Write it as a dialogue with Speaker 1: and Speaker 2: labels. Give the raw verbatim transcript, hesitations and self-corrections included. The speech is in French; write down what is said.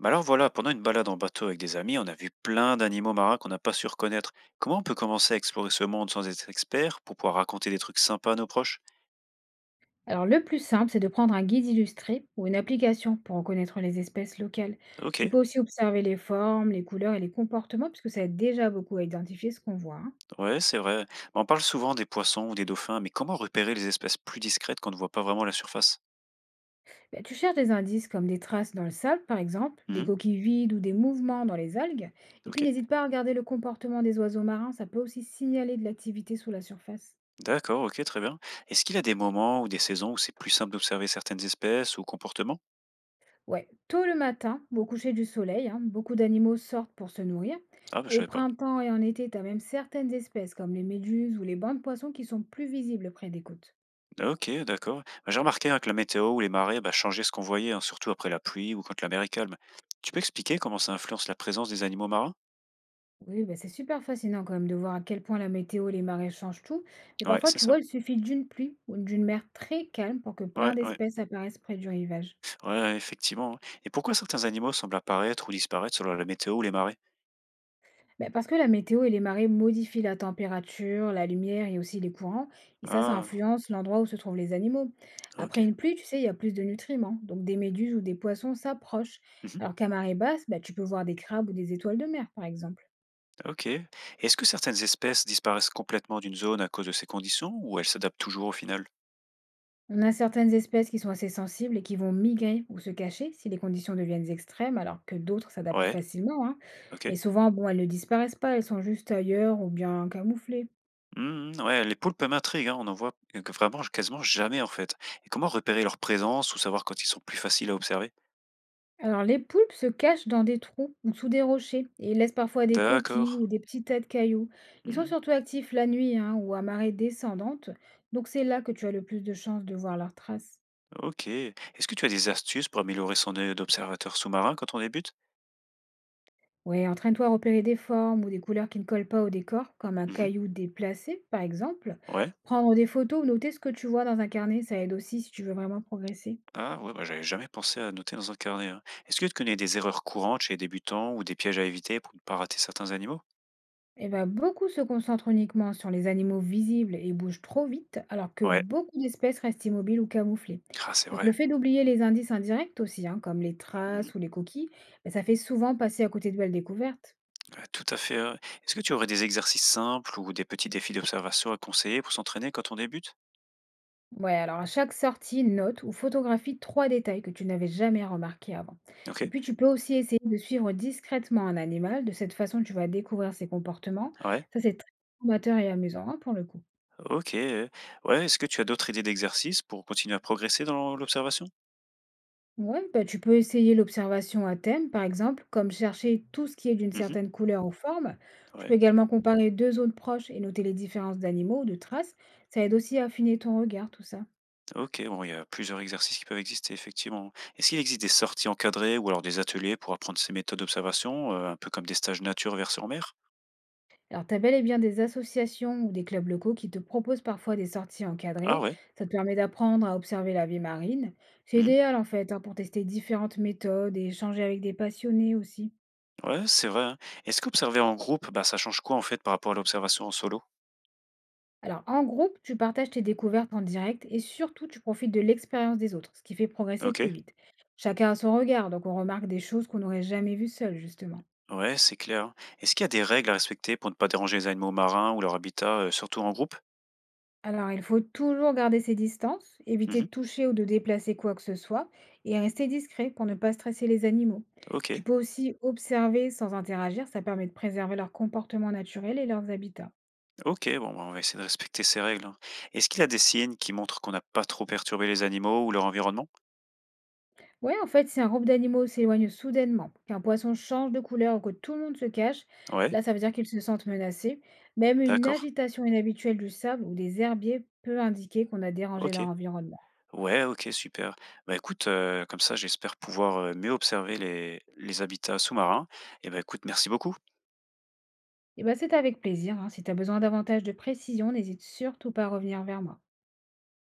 Speaker 1: Bah alors voilà, pendant une balade en bateau avec des amis, on a vu plein d'animaux marins qu'on n'a pas su reconnaître. Comment on peut commencer à explorer ce monde sans être expert pour pouvoir raconter des trucs sympas à nos proches?
Speaker 2: Alors, le plus simple, c'est de prendre un guide illustré ou une application pour reconnaître les espèces locales.
Speaker 1: Ok,
Speaker 2: Tu peux aussi observer les formes, les couleurs et les comportements, puisque ça aide déjà beaucoup à identifier ce qu'on voit, hein.
Speaker 1: ouais, c'est vrai. Bah, on parle souvent des poissons ou des dauphins, mais comment repérer les espèces plus discrètes qu'on ne voit pas vraiment à la surface?
Speaker 2: Bah, tu cherches des indices comme des traces dans le sable, par exemple, des
Speaker 1: Mhm,
Speaker 2: coquilles vides ou des mouvements dans les algues. Et
Speaker 1: ok,
Speaker 2: puis, n'hésite pas à regarder le comportement des oiseaux marins, ça peut aussi signaler de l'activité sous la surface.
Speaker 1: d'accord, ok, très bien. Est-ce qu'il y a des moments ou des saisons où c'est plus simple d'observer certaines espèces ou comportements?
Speaker 2: Ouais, tôt le matin, au coucher du soleil, hein, beaucoup d'animaux sortent pour se nourrir.
Speaker 1: Ah, bah, je
Speaker 2: Au
Speaker 1: savais pas.
Speaker 2: printemps et en été, tu as même certaines espèces comme les méduses ou les bancs de poissons qui sont plus visibles près des côtes.
Speaker 1: OK, d'accord. Bah, j'ai remarqué hein, que la météo ou les marées bah, changeaient ce qu'on voyait, hein, surtout après la pluie ou quand la mer est calme. Tu peux expliquer comment ça influence la présence des animaux marins?
Speaker 2: Oui, bah c'est super fascinant quand même de voir à quel point la météo et les marées changent tout. Mais
Speaker 1: Ouais,
Speaker 2: parfois,
Speaker 1: c'est
Speaker 2: tu
Speaker 1: ça.
Speaker 2: vois, il suffit d'une pluie ou d'une mer très calme pour que plein
Speaker 1: Ouais, ouais.
Speaker 2: d'espèces apparaissent près du rivage.
Speaker 1: Ouais, effectivement, hein. Et pourquoi certains animaux semblent apparaître ou disparaître selon la météo ou les marées?
Speaker 2: Beh, parce que la météo et les marées modifient la température, la lumière et aussi les courants, et ça, ça
Speaker 1: Ah,
Speaker 2: influence l'endroit où se trouvent les animaux.
Speaker 1: ok.
Speaker 2: Après une pluie, tu sais, il y a plus de nutriments, donc des méduses ou des poissons s'approchent.
Speaker 1: Mhm,
Speaker 2: Alors qu'à marée basse, bah, tu peux voir des crabes ou des étoiles de mer, par exemple.
Speaker 1: ok. Est-ce que certaines espèces disparaissent complètement d'une zone à cause de ces conditions ou elles s'adaptent toujours au final?
Speaker 2: On a certaines espèces qui sont assez sensibles et qui vont migrer ou se cacher si les conditions deviennent extrêmes, alors que d'autres s'adaptent
Speaker 1: Ouais,
Speaker 2: facilement, hein.
Speaker 1: ok.
Speaker 2: Mais souvent, bon, elles ne disparaissent pas, elles sont juste ailleurs ou bien camouflées.
Speaker 1: Mhm, ouais, les poulpes m'intriguent, hein, on en voit euh, que vraiment quasiment jamais en fait. Et comment repérer leur présence ou savoir quand ils sont plus faciles à observer?
Speaker 2: Alors, les poulpes se cachent dans des trous ou sous des rochers et laissent parfois des coquilles
Speaker 1: D'accord.
Speaker 2: ou des petits tas de cailloux. Ils sont
Speaker 1: Mmh.
Speaker 2: surtout actifs la nuit hein, ou à marée descendante, donc c'est là que tu as le plus de chances de voir leurs traces.
Speaker 1: OK. Est-ce que tu as des astuces pour améliorer son œil d'observateur sous-marin quand on débute?
Speaker 2: Ouais, entraîne-toi à repérer des formes ou des couleurs qui ne collent pas au décor, comme un
Speaker 1: Mmh.
Speaker 2: caillou déplacé par exemple.
Speaker 1: Ouais.
Speaker 2: Prendre des photos ou noter ce que tu vois dans un carnet, ça aide aussi si tu veux vraiment progresser.
Speaker 1: Ah ouais, bah, j'avais jamais pensé à noter dans un carnet, hein. Est-ce que tu connais des erreurs courantes chez les débutants ou des pièges à éviter pour ne pas rater certains animaux?
Speaker 2: Eh ben, beaucoup se concentrent uniquement sur les animaux visibles et bougent trop vite, alors que
Speaker 1: Ouais.
Speaker 2: beaucoup d'espèces restent immobiles ou camouflées.
Speaker 1: Ah, c'est
Speaker 2: Donc
Speaker 1: vrai.
Speaker 2: le fait d'oublier les indices indirects aussi, hein, comme les
Speaker 1: Mmh.
Speaker 2: traces ou les coquilles, ben, ça fait souvent passer à côté de belles découvertes.
Speaker 1: Ouais, tout à fait, hein. Est-ce que tu aurais des exercices simples ou des petits défis d'observation à conseiller pour s'entraîner quand on débute?
Speaker 2: Ouais, alors à chaque sortie, note ou photographie trois détails que tu n'avais jamais remarqués avant. Et
Speaker 1: OK.
Speaker 2: puis tu peux aussi essayer de suivre discrètement un animal, de cette façon tu vas découvrir ses comportements.
Speaker 1: Ouais.
Speaker 2: Ça c'est très formateur et amusant hein, pour le coup.
Speaker 1: OK. euh. Ouais, est-ce que tu as d'autres idées d'exercices pour continuer à progresser dans l'observation?
Speaker 2: Ouais, bah, tu peux essayer l'observation à thème, par exemple, comme chercher tout ce qui est d'une
Speaker 1: Mmh.
Speaker 2: certaine couleur ou forme. Tu peux
Speaker 1: Ouais.
Speaker 2: également comparer deux zones proches et noter les différences d'animaux ou de traces. Ça aide aussi à affiner ton regard, tout ça.
Speaker 1: OK, bon, il y a plusieurs exercices qui peuvent exister effectivement. Est-ce qu'il existe des sorties encadrées ou alors des ateliers pour apprendre ces méthodes d'observation, heu, un peu comme des stages nature vers sur mer?
Speaker 2: Alors, t'as bel et bien des associations ou des clubs locaux qui te proposent parfois des sorties
Speaker 1: Ah
Speaker 2: encadrées.
Speaker 1: ouais.
Speaker 2: Ça te permet d'apprendre à observer la vie marine. C'est
Speaker 1: Mmh.
Speaker 2: idéal, en fait, hein, pour tester différentes méthodes et échanger avec des passionnés aussi.
Speaker 1: Ouais, c'est vrai, hein. Est-ce qu'observer en groupe, bah, ça change quoi en fait par rapport à l'observation en solo?
Speaker 2: Alors, en groupe, tu partages tes découvertes en direct et surtout, tu profites de l'expérience des autres, ce qui fait progresser plus
Speaker 1: OK.
Speaker 2: vite. Chacun a son regard, donc on remarque des choses qu'on n'aurait jamais vues seul, justement.
Speaker 1: Ouais, c'est clair. Est-ce qu'il y a des règles à respecter pour ne pas déranger les animaux marins ou leur habitat, heu, surtout en groupe?
Speaker 2: Alors, il faut toujours garder ses distances, éviter
Speaker 1: Mmh.
Speaker 2: de toucher ou de déplacer quoi que ce soit et rester discret pour ne pas stresser les animaux. Tu
Speaker 1: OK.
Speaker 2: peux aussi observer sans interagir, ça permet de préserver leur comportement naturel et leurs habitats.
Speaker 1: OK, bon, bah, on va essayer de respecter ces règles, hein. Est-ce qu'il y a des signes qui montrent qu'on n'a pas trop perturbé les animaux ou leur environnement?
Speaker 2: Ouais, en fait, si un groupe d'animaux s'éloigne soudainement, qu'un poisson change de couleur ou que tout le monde se cache,
Speaker 1: Ouais,
Speaker 2: là, ça veut dire qu'ils se sentent menacés. Même une
Speaker 1: d'accord.
Speaker 2: agitation inhabituelle du sable ou des herbiers peut indiquer qu'on a dérangé
Speaker 1: OK.
Speaker 2: leur environnement.
Speaker 1: Ouais, OK, super. Bah, écoute, heu, comme ça, j'espère pouvoir, heu, mieux observer les les habitats sous-marins, et bah, écoute, merci beaucoup.
Speaker 2: Et ben, c'est avec plaisir, hein. Si tu as besoin davantage de précision, n'hésite surtout pas à revenir vers moi.